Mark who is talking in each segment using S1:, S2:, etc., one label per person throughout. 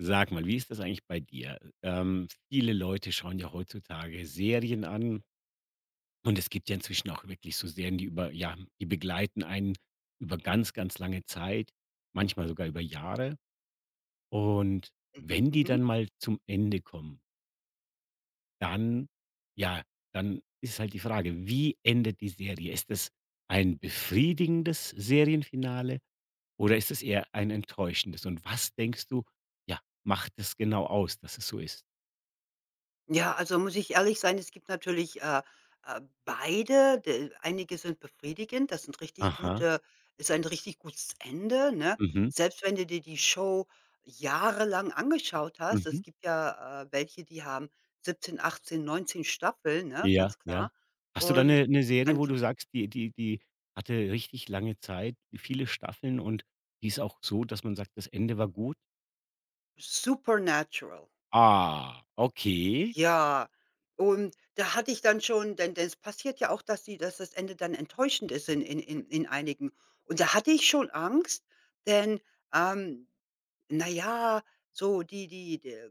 S1: Sag mal, wie ist das eigentlich bei dir? Viele Leute schauen ja heutzutage Serien an und es gibt ja inzwischen auch wirklich so Serien, die über ja, die begleiten einen über ganz lange Zeit, manchmal sogar über Jahre. Und
S2: Mhm,
S1: wenn die
S2: mhm.
S1: dann mal zum Ende kommen, dann, ja, dann ist halt die Frage, wie endet die Serie? Ist es ein befriedigendes Serienfinale oder ist es eher ein enttäuschendes? Und was denkst du, ja, macht es genau aus, dass es so ist?
S2: Ja, also muss ich ehrlich sein, es gibt natürlich, beide. De einige sind befriedigend, das sind richtig
S1: Aha.
S2: gute ist ein richtig gutes Ende, ne?
S1: Mhm,
S2: Selbst wenn du dir die Show jahrelang angeschaut hast, es
S1: mhm.
S2: gibt ja, welche, die haben 17, 18, 19 Staffeln, ne,
S1: Ja,
S2: ganz
S1: ja.
S2: klar.
S1: Hast du da
S2: Und
S1: 'ne Serie,
S2: dann
S1: wo
S2: gibt
S1: du sagst, die hatte richtig lange Zeit, viele Staffeln und die ist auch so, dass man sagt, das Ende war gut?
S2: Supernatural.
S1: Ah, okay.
S2: Ja, und da hatte ich dann schon denn es passiert ja auch, dass die dass das Ende dann enttäuschend ist in einigen. Und da hatte ich schon Angst, denn, ähm, na ja, so die die die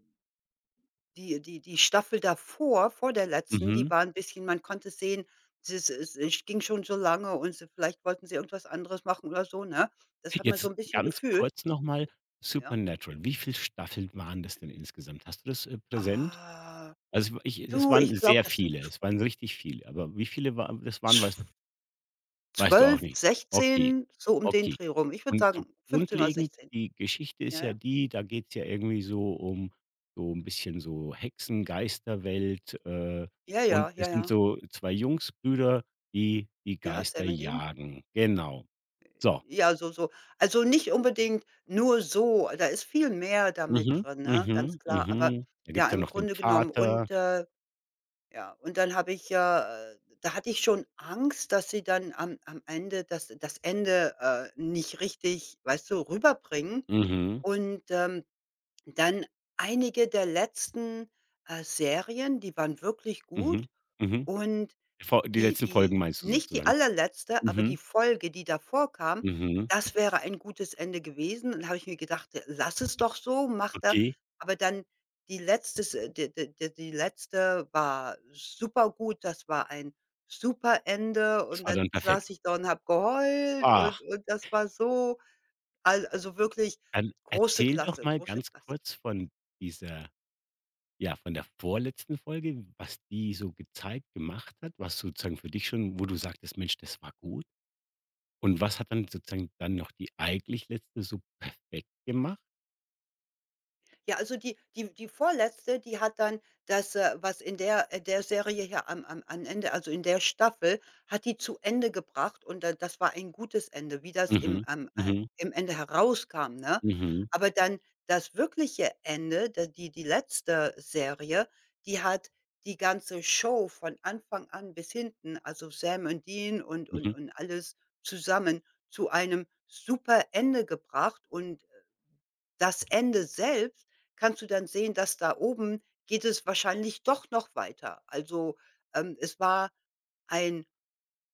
S2: die die die Staffel davor, vor der letzten, die
S1: Mhm.
S2: war ein bisschen, man konnte sehen, es ging schon so lange und sie vielleicht wollten sie irgendwas anderes machen oder so, ne? Das hat man so
S1: Jetzt
S2: ein bisschen
S1: ganz
S2: gefühlt,
S1: kurz noch mal
S2: ja.
S1: Supernatural. Wie viel Staffeln waren das denn insgesamt? Hast du das, präsent?
S2: Ah,
S1: Also, ich es
S2: du,
S1: waren
S2: ich glaube,
S1: sehr
S2: das sind
S1: viele. Es waren richtig viele. Aber wie viele war das waren, weißt Weißt du auch
S2: 12,
S1: nicht? Okay,
S2: 16, so um den
S1: okay.
S2: Dreh rum. Ich würde
S1: Und so
S2: sagen, 15 oder
S1: grundlegend,
S2: 16.
S1: die Geschichte
S2: Ja,
S1: ist ja
S2: ja.
S1: die, da geht's ja irgendwie so um so ein bisschen so Hexen, Geisterwelt,
S2: Ja,
S1: und
S2: ja, ja,
S1: es sind
S2: ja.
S1: so 2 Jungsbrüder, die die
S2: Ja,
S1: Geister
S2: Sam and Dean.
S1: jagen. Genau. So.
S2: Ja, so so. Also, nicht unbedingt nur so, da ist viel mehr da mit
S1: Mhm,
S2: drin, ne, ganz
S1: mhm,
S2: klar. Aber
S1: mhm. Da
S2: ja,
S1: gibt's ja
S2: im
S1: noch den
S2: Grunde genommen
S1: Vater.
S2: und, ja, und dann habe ich ja, da hatte ich schon Angst, dass sie dann am Ende das Ende, nicht richtig, weißt du, rüberbringen
S1: Mhm,
S2: und, dann einige der letzten, Serien, die waren wirklich
S1: mhm,
S2: gut
S1: mhm.
S2: und
S1: Vo die
S2: die
S1: letzten Folgen
S2: die
S1: meinst du
S2: nicht die
S1: sozusagen?
S2: allerletzte, aber die
S1: Mhm,
S2: Folge, die davor kam,
S1: mhm.
S2: das wäre ein gutes Ende gewesen. Und habe ich mir gedacht: „Lass es doch so, mach da“,
S1: Okay,
S2: aber dann die letzte, d d d die letzte war super gut. Das war ein super Ende
S1: das
S2: und
S1: war
S2: dann
S1: dann perfekt.
S2: saß ich da und habe geheult und
S1: Ah.
S2: und das war so, al also wirklich
S1: Dann
S2: große
S1: erzähl doch
S2: Klasse,
S1: mal
S2: große
S1: ganz
S2: Klasse.
S1: kurz von dieser ja, von der vorletzten Folge, was die so gezeigt gemacht hat, was sozusagen für dich schon wo du sagtest: „Mensch, das war gut.“ Und was hat dann sozusagen dann noch die eigentlich letzte so perfekt gemacht?
S2: Ja, also die Vorletzte, die hat dann das, was in der Serie hier am Ende, also in der Staffel, hat die zu Ende gebracht und da, das war ein gutes Ende, wie das
S1: Mhm, mhm,
S2: im Ende herauskam, ne?
S1: mhm,
S2: Aber dann das wirkliche Ende, da die letzte Serie, die hat die ganze Show von Anfang an bis hinten, also Sam und Dean und und
S1: mhm.
S2: und alles zusammen zu einem super Ende gebracht und das Ende selbst kannst du dann sehen, dass da oben geht es wahrscheinlich doch noch weiter. Also, es war ein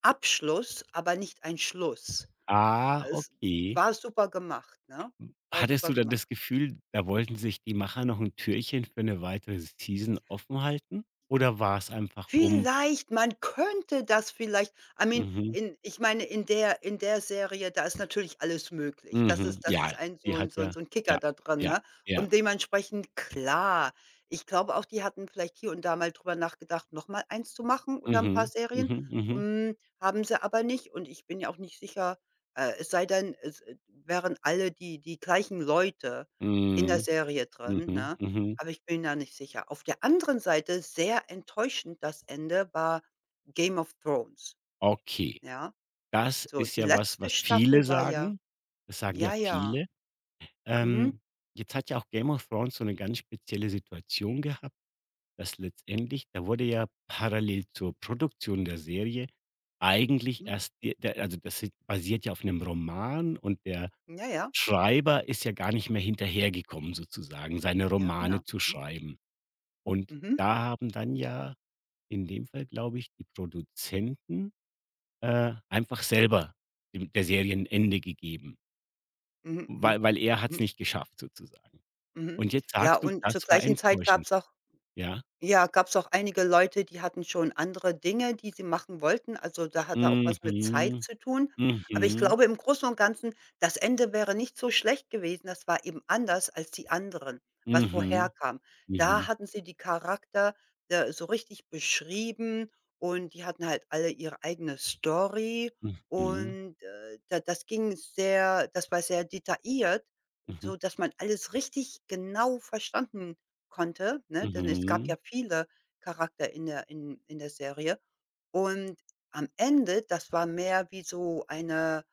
S2: Abschluss, aber nicht ein Schluss.
S1: Ah,
S2: Es
S1: okay.
S2: war super gemacht, ne? War
S1: Hattest
S2: super
S1: du dann das
S2: gemacht.
S1: Gefühl, da wollten sich die Macher noch ein Türchen für eine weitere Season offen halten? Oder war es einfach um
S2: Vielleicht, man könnte das vielleicht, I mean,
S1: mhm,
S2: in ich meine, in der Serie, da ist natürlich alles möglich. Das ist
S1: mhm,
S2: das ist
S1: ja,
S2: ein so
S1: die
S2: 'n
S1: hat
S2: so 'n
S1: ja
S2: so 'n Kicker
S1: ja,
S2: da dran,
S1: ja,
S2: ne?
S1: ja.
S2: Und dementsprechend klar, ich glaube auch, die hatten vielleicht hier und da mal drüber nachgedacht, nochmal eins zu machen oder ein paar
S1: Mhm,
S2: Serien.
S1: mhm, mhm,
S2: Haben sie aber nicht und ich bin ja auch nicht sicher, es sei denn, es, wären alle die gleichen Leute in der
S1: mhm,
S2: Serie drin,
S1: mhm,
S2: ne?
S1: mhm.
S2: Aber ich bin da nicht sicher. Auf der anderen Seite, sehr enttäuschend, das Ende war „Game of Thrones“,
S1: Okay,
S2: ja?
S1: das
S2: So,
S1: ist
S2: die
S1: ja was,
S2: letzte
S1: was viele
S2: Staffel war ja,
S1: sagen. Das sagen ja
S2: ja, ja.
S1: viele.
S2: Mhm,
S1: Ähm, Jetzt hat ja auch Game of Thrones so eine ganz spezielle Situation gehabt, dass letztendlich da wurde ja parallel zur Produktion der Serie eigentlich
S2: mhm.
S1: erst de der also, das ist- basiert ja auf einem Roman und der
S2: Ja, ja.
S1: Schreiber ist ja gar nicht mehr hinterhergekommen sozusagen, seine
S2: Ja, genau.
S1: Romane zu
S2: Mhm.
S1: schreiben. Und
S2: Mhm.
S1: da haben dann ja In dem Fall glaube ich, die Produzenten, einfach selber dem der Serie 'n Ende gegeben,
S2: Mhm. Mhm.
S1: weil er hat es
S2: Mhm.
S1: nicht geschafft sozusagen.
S2: Mhm.
S1: Und jetzt
S2: Ja,
S1: sagst du,
S2: und zur
S1: das war
S2: gleichen Zeit
S1: enttäuschend,
S2: gab's auch.
S1: ja?
S2: Ja, gab's auch einige Leute, die hatten schon andere Dinge, die sie machen wollten. Also, da hatte auch
S1: Mhm,
S2: was mit Zeit
S1: mhm,
S2: zu tun. Aber ich
S1: mhm,
S2: glaube, im Großen und Ganzen, das Ende wäre nicht so schlecht gewesen. Das war eben anders als die anderen, was vorher
S1: mhm,
S2: kam. Da
S1: mhm,
S2: hatten sie die Charakter, so richtig beschrieben und die hatten halt alle ihre eigene Story
S1: mhm,
S2: und, da das ging sehr das war sehr detailliert,
S1: mhm,
S2: so dass man alles richtig genau verstanden konnte, ne? Denn es gab
S1: mhm.
S2: ja viele Charakter in der Serie. Und am Ende, das war mehr wie so eine,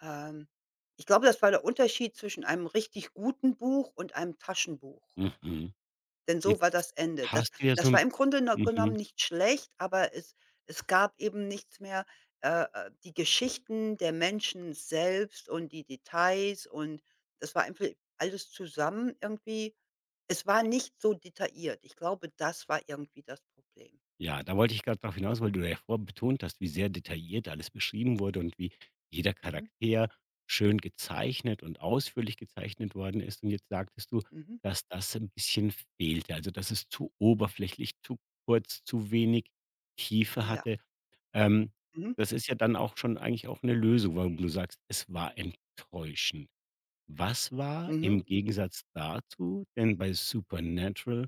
S2: ähm, ich glaube, das war der Unterschied zwischen einem richtig guten Buch und einem Taschenbuch.
S1: Mhm.
S2: Denn so
S1: Jetzt
S2: war das Ende. Das
S1: hast du ja so
S2: das
S1: 'n
S2: war im Grunde genommen
S1: mhm.
S2: nicht schlecht, aber es gab eben nichts mehr, die Geschichten der Menschen selbst und die Details und das war einfach alles zusammen irgendwie, es war nicht so detailliert. Ich glaube, das war irgendwie das Problem.
S1: Ja, da wollte ich gerade darauf hinaus, weil du ja vorhin betont hast, wie sehr detailliert alles beschrieben wurde und wie jeder
S2: Mhm,
S1: Charakter schön gezeichnet und ausführlich gezeichnet worden ist. Und jetzt sagtest du,
S2: mhm.
S1: dass das ein bisschen fehlte. Also, dass es zu oberflächlich, zu kurz, zu wenig Tiefe
S2: Ja.
S1: hatte. Ähm,
S2: Mhm.
S1: Das ist ja dann auch schon eigentlich auch eine Lösung, warum du sagst, es war enttäuschend. Was war
S2: Mhm.
S1: im
S2: Mhm.
S1: Gegensatz dazu denn bei Supernatural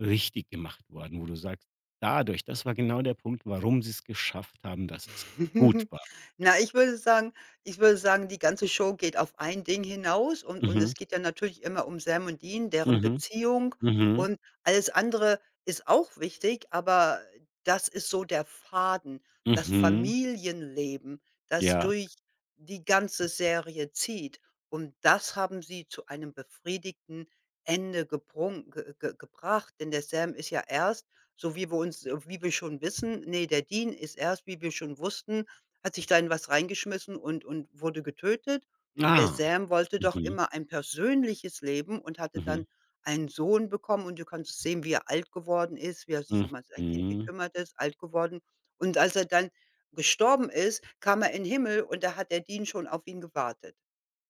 S1: richtig gemacht worden, wo du sagst: „Dadurch das war genau der Punkt, warum sie es geschafft haben, dass es gut war.“
S2: Na, ich würde sagen, die ganze Show geht auf ein Ding hinaus und
S1: Mhm,
S2: es geht ja natürlich immer um Sam und Dean, deren
S1: mhm,
S2: Beziehung,
S1: mhm,
S2: und alles andere ist auch wichtig, aber das ist so der Faden, das
S1: mhm,
S2: Familienleben, das
S1: ja.
S2: durch die ganze Serie zieht, und das haben sie zu einem befriedigten Ende gebrung ge ge gebracht, denn der Sam ist ja erst, so wie wir schon wissen, ne, der Dean ist erst, wie wir schon wussten, hat sich da in was reingeschmissen und wurde getötet. Und der
S1: Ah,
S2: Sam wollte doch
S1: mhm,
S2: immer ein persönliches Leben und hatte
S1: mhm,
S2: dann einen Sohn bekommen. Und du kannst sehen, wie er alt geworden ist, wie er sich um sein Kind
S1: mhm.
S2: gekümmert ist, alt geworden. Und als er dann gestorben ist, kam er in den Himmel und da hat der Dean schon auf ihn gewartet.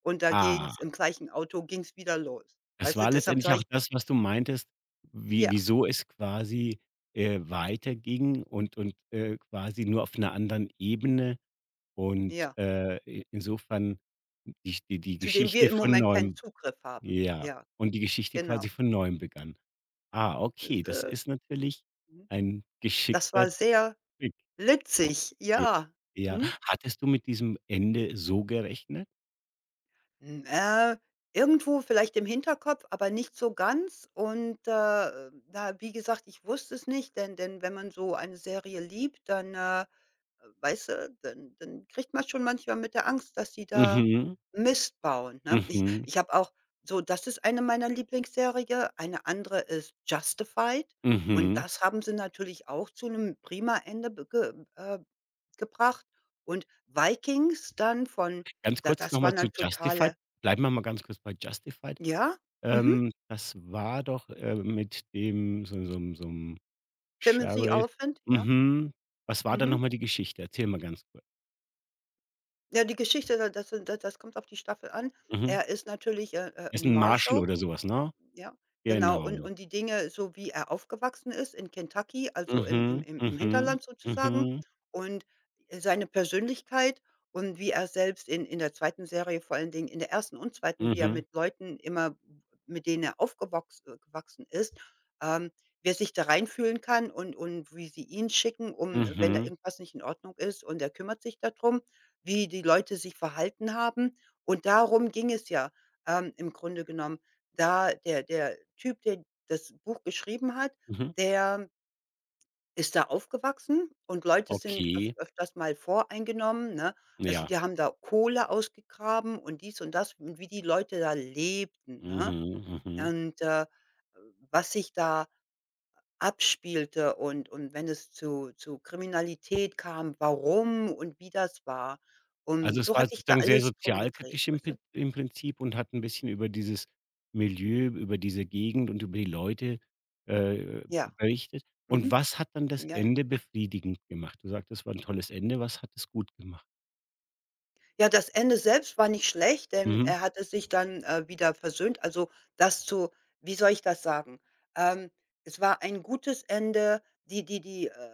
S2: Und da ging's,
S1: Ah,
S2: im gleichen Auto ging es wieder los.
S1: es
S2: Weißt du,
S1: war
S2: deshalb
S1: letztendlich
S2: sage
S1: auch
S2: ich
S1: das, was du meintest, wie
S2: ja,
S1: wieso es quasi, weiterging und quasi nur auf einer anderen Ebene und,
S2: ja.
S1: i insofern die
S2: Zu dem wir
S1: Geschichte
S2: im
S1: von
S2: Moment keinen
S1: neuem
S2: Zugriff haben.
S1: ja,
S2: Ja,
S1: und die Geschichte quasi
S2: genau.
S1: von neuem begann. Ah, okay,
S2: Das,
S1: das ist natürlich
S2: mhm.
S1: ein
S2: Das
S1: geschickter
S2: war sehr
S1: Trick,
S2: witzig,
S1: ja.
S2: ja.
S1: Ja.
S2: Mhm.
S1: Hattest du mit diesem Ende so gerechnet?
S2: Hm, äh, irgendwo vielleicht im Hinterkopf, aber nicht so ganz, und, da, wie gesagt, ich wusste es nicht, denn wenn man so eine Serie liebt, dann, weißt du, dann kriegt man schon manchmal mit der Angst, dass sie da
S1: Mhm,
S2: Mist bauen, ne? Ich
S1: mhm,
S2: ich habe auch so, das ist eine meiner Lieblingsserie, eine andere ist Justified, und
S1: mhm.
S2: das haben sie natürlich auch zu einem prima Ende be ge gebracht, und Vikings dann von
S1: Ganz
S2: da,
S1: kurz
S2: das war
S1: nochmal zu
S2: dann
S1: Justified.
S2: totale,
S1: Bleiben wir mal ganz kurz bei Justified.
S2: ja, mhm.
S1: Das war doch, mit dem so 'n
S2: Timothy
S1: Sheriff
S2: Olyphant, ja,
S1: mhm. Was war da
S2: mhm.
S1: nochmal die Geschichte? Erzähl mal ganz kurz.
S2: Ja, die Geschichte, da das kommt auf die Staffel an.
S1: Mhm.
S2: Er ist natürlich,
S1: Ist
S2: 'n
S1: 'n Marshal
S2: Marshal.
S1: oder so was, ne?
S2: Ja, genau. Und
S1: Genau.
S2: und die Dinge, so wie er aufgewachsen ist in Kentucky, also im im
S1: Mhm,
S2: im im
S1: mhm,
S2: Hinterland sozusagen,
S1: mhm,
S2: und seine Persönlichkeit, und wie er selbst in der zweiten Serie, vor allen Dingen in der ersten und zweiten, wie er
S1: mhm,
S2: mit Leuten immer, mit denen er aufgewachs gewachsen ist, ähm, wie sich da reinfühlen kann und wie sie ihn schicken, um, wenn da
S1: mhm,
S2: irgendwas nicht in Ordnung ist, und er kümmert sich darum, wie die Leute sich verhalten haben. Und darum ging es ja, im Grunde genommen. Da der Typ, der das Buch geschrieben hat,
S1: mhm.
S2: der ist da aufgewachsen, und Leute sind öf
S1: Okay,
S2: öfters mal voreingenommen, ne? Also,
S1: ja.
S2: die haben da Kohle ausgegraben und dies und das, und wie die Leute da lebten, ne?
S1: Mhm, mhm.
S2: Und, was sich da abspielte, und wenn es zu Kriminalität kam, warum und wie das war.
S1: Also,
S2: Und
S1: es
S2: so
S1: war
S2: hat sich da
S1: sozusagen sehr
S2: alles drum gedreht,
S1: sozialkritisch im
S2: weißt du?
S1: Prin im Prinzip und hat ein bisschen über dieses Milieu, über diese Gegend und über die Leute, äh,
S2: Ja.
S1: berichtet. Und
S2: Mhm.
S1: was hat dann das
S2: Ja, ja.
S1: Ende befriedigend gemacht? Du sagtest, es war ein tolles Ende. Was hat es gut gemacht?
S2: Ja, das Ende selbst war nicht schlecht, denn
S1: Mhm.
S2: er hatte sich dann, wieder versöhnt. Also, das zu wie soll ich das sagen? Ähm, es war ein gutes Ende. Die die die, äh,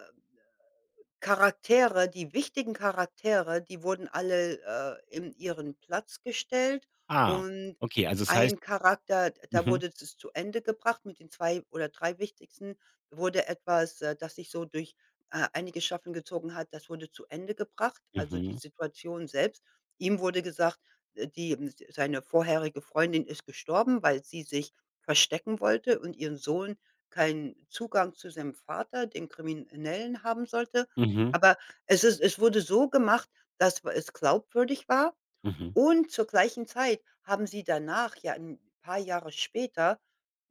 S2: Charaktere die wichtigen Charaktere, die wurden alle, in ihren Platz gestellt,
S1: Ah,
S2: und
S1: okay, also es heißt
S2: ein Charakter, da
S1: mhm,
S2: wurde es zu Ende gebracht, mit den 2 oder 3 wichtigsten, wurde etwas, das sich so durch, einige Staffeln gezogen hat, das wurde zu Ende gebracht, also die
S1: mhm,
S2: Situation selbst. Ihm wurde gesagt, die seine vorherige Freundin ist gestorben, weil sie sich verstecken wollte und ihren Sohn keinen Zugang zu seinem Vater, dem Kriminellen, haben sollte.
S1: mhm,
S2: Aber es wurde so gemacht, dass, w es glaubwürdig war,
S1: mhm.
S2: und zur gleichen Zeit haben sie danach ja 'n paar Jahre später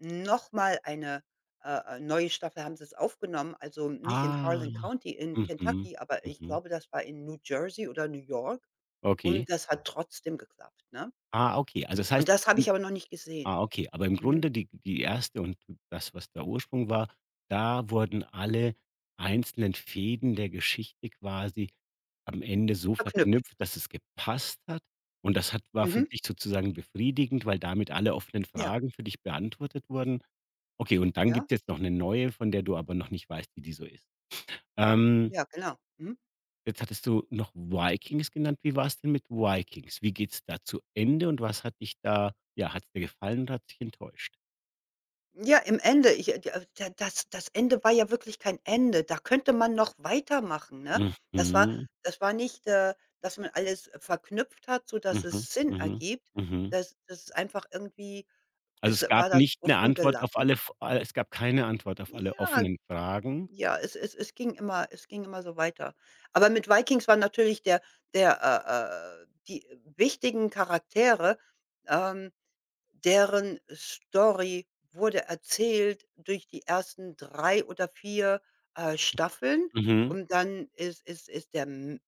S2: noch mal eine, neue Staffel haben sie's aufgenommen, also nicht in
S1: Ah,
S2: Harlan County in
S1: mhm,
S2: Kentucky, aber ich
S1: mhm.
S2: glaube, das war in New Jersey oder New York,
S1: Okay.
S2: und das hat trotzdem geklappt, ne?
S1: Ah, okay. Also, das
S2: Und
S1: heißt
S2: das habe
S1: im
S2: ich aber noch nicht gesehen.
S1: Ah, okay. Aber im
S2: Mhm.
S1: Grunde die erste und das, was der Ursprung war, da wurden alle einzelnen Fäden der Geschichte quasi am Ende so
S2: Verknüpft.
S1: verknüpft, dass es gepasst hat. Und das hat war für
S2: Mhm.
S1: dich sozusagen befriedigend, weil damit alle offenen
S2: Ja,
S1: Fragen für dich beantwortet wurden. Okay, und dann
S2: ja,
S1: gibt's jetzt noch eine neue, von der du aber noch nicht weißt, wie die so ist. Ähm,
S2: ja, genau. Mhm.
S1: Jetzt hattest du noch Vikings genannt. Wie war's denn mit Vikings? Wie geht's da zu Ende und was hat dich da ja, hat's dir gefallen oder hat dich enttäuscht?
S2: Ja, im Ende, ich d da das das Ende war ja wirklich kein Ende. Da könnte man noch weitermachen, ne?
S1: Mhm.
S2: Das war
S1: Mhm.
S2: das war nicht, dass man alles, verknüpft hat, so dass es Sinn
S1: Mhm.
S2: ergibt.
S1: Mhm.
S2: Das ist einfach irgendwie,
S1: Also,
S2: es
S1: es gab
S2: war das
S1: nicht 'ne
S2: offen
S1: Antwort auf alle
S2: gelassen.
S1: F a es gab keine Antwort auf alle
S2: Ja,
S1: offenen Fragen.
S2: ja, es ging immer so weiter. Aber mit Vikings war natürlich der, der, die wichtigen Charaktere, ähm Deren Story wurde erzählt durch die ersten 3 oder vier, Staffeln,
S1: Mhm.
S2: und dann ist der m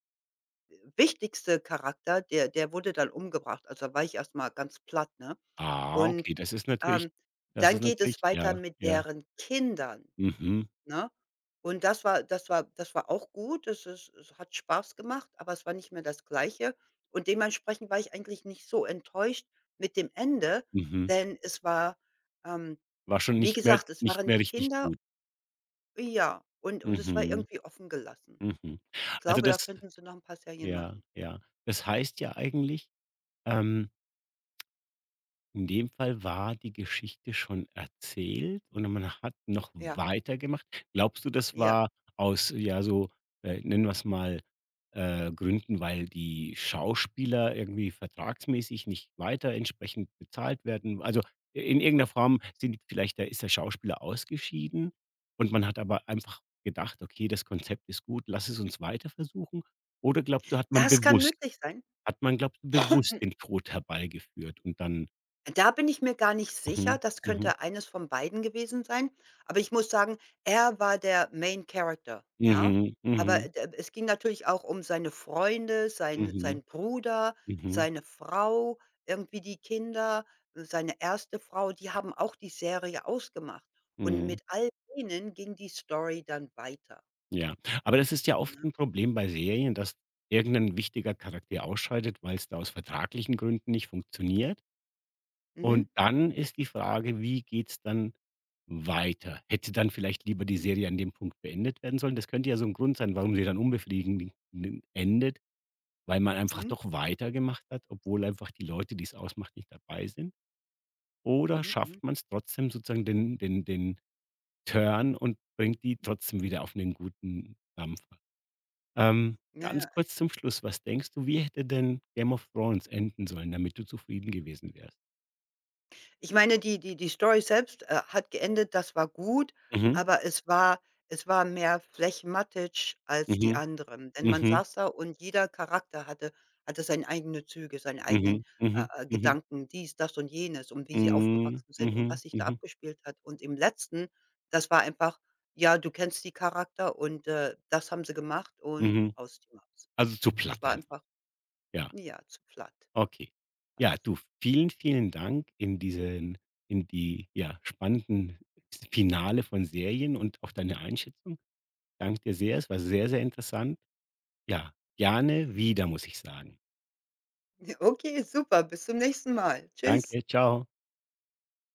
S2: wichtigste Charakter, der wurde dann umgebracht. Also, da war ich erstmal ganz platt, ne?
S1: Ah,
S2: Und,
S1: okay,
S2: ähm,
S1: das ist
S2: dann geht es
S1: natürlich ja,
S2: weiter mit
S1: ja.
S2: deren Kindern.
S1: Mhm,
S2: Ne? Und das war auch gut. Es hat Spaß gemacht, aber es war nicht mehr das Gleiche. Und dementsprechend war ich eigentlich nicht so enttäuscht mit dem Ende,
S1: mhm.
S2: denn es war, ähm
S1: War schon
S2: wie
S1: nicht mehr
S2: gesagt, es
S1: nicht
S2: waren
S1: mehr
S2: die
S1: richtig
S2: Kinder,
S1: gut.
S2: ja, und es war
S1: Mhm,
S2: irgendwie offen gelassen.
S1: mhm.
S2: Ich
S1: Also,
S2: glaube, da
S1: das
S2: könnten sie noch ein paar Serien
S1: ja,
S2: machen.
S1: ja. Das heißt ja eigentlich, ähm In dem Fall war die Geschichte schon erzählt und man hat noch
S2: Ja,
S1: weitergemacht. Glaubst du, das
S2: ja.
S1: war aus, ja, so, nennen wir es mal, Gründen, weil die Schauspieler irgendwie vertragsmäßig nicht weiter entsprechend bezahlt werden? Also in irgendeiner Form sind vielleicht, da ist der Schauspieler ausgeschieden und man hat aber einfach gedacht, okay, das Konzept ist gut, lass es uns weiter versuchen. Oder glaubst du, hat man
S2: Das kann
S1: bewusst,
S2: möglich sein.
S1: hat man, glaubst du, bewusst den Tod herbeigeführt und dann
S2: Da bin ich mir gar nicht sicher.
S1: Mhm,
S2: Das
S1: mhm,
S2: könnte eines von beiden gewesen sein. Aber ich muss sagen, er war der Main Character, ja?
S1: mhm,
S2: Aber,
S1: mhm,
S2: es ging natürlich auch um seine Freunde, sein
S1: mhm,
S2: sein Bruder,
S1: mhm,
S2: seine Frau, irgendwie die Kinder, seine erste Frau, die haben auch die Serie ausgemacht. Und
S1: mhm,
S2: mit all denen ging die Story dann weiter,
S1: ja. Aber das ist ja oft
S2: ne?
S1: ein Problem bei Serien, dass irgendein wichtiger Charakter ausscheidet, weil es da aus vertraglichen Gründen nicht funktioniert.
S2: Mhm,
S1: Und dann ist die Frage, wie geht's dann weiter? Hätte dann vielleicht lieber die
S2: mhm,
S1: Serie an dem Punkt beendet werden sollen? Das könnte ja so ein Grund sein, warum sie dann unbefriedigend endet, weil man einfach
S2: mhm,
S1: doch weitergemacht hat, obwohl einfach die Leute, die es ausmacht, nicht dabei sind. Oder
S2: mhm, mhm.
S1: schafft man es trotzdem sozusagen den Turn und bringt die trotzdem wieder auf einen guten Dampfer.
S2: Ja,
S1: Ganz
S2: ja.
S1: kurz zum Schluss, was denkst du, wie hätte denn Game of Thrones enden sollen, damit du zufrieden gewesen wärst?
S2: Ich meine, die Story selbst, hat geendet, das war gut,
S1: Mhm,
S2: aber es war mehr Flachmatsch als die
S1: mhm,
S2: anderen. Denn man
S1: mhm,
S2: saß da, und jeder Charakter hatte seine eigenen Züge, seine eigenen,
S1: mhm, mhm, mhm,
S2: Gedanken, dies, das und jenes, und wie sie
S1: mhm,
S2: aufgewachsen sind und
S1: mhm,
S2: was sich da
S1: mhm,
S2: abgespielt hat. Und im Letzten, das war einfach, ja, du kennst die Charakter, und, das haben sie gemacht und
S1: mhm.
S2: aus die Maus.
S1: Also, zu
S2: Das
S1: platt
S2: war
S1: einfach,
S2: einfach,
S1: ja,
S2: ja, zu platt
S1: okay.
S2: war
S1: Ja,
S2: das.
S1: du, vielen Dank in diesen in die, ja, spannenden Finale von Serien und auch deine Einschätzung. Danke dir sehr. Es war sehr interessant. Ja, gerne wieder, muss ich sagen.
S2: Okay, super, bis zum nächsten Mal. Tschüss.
S1: Danke, ciao.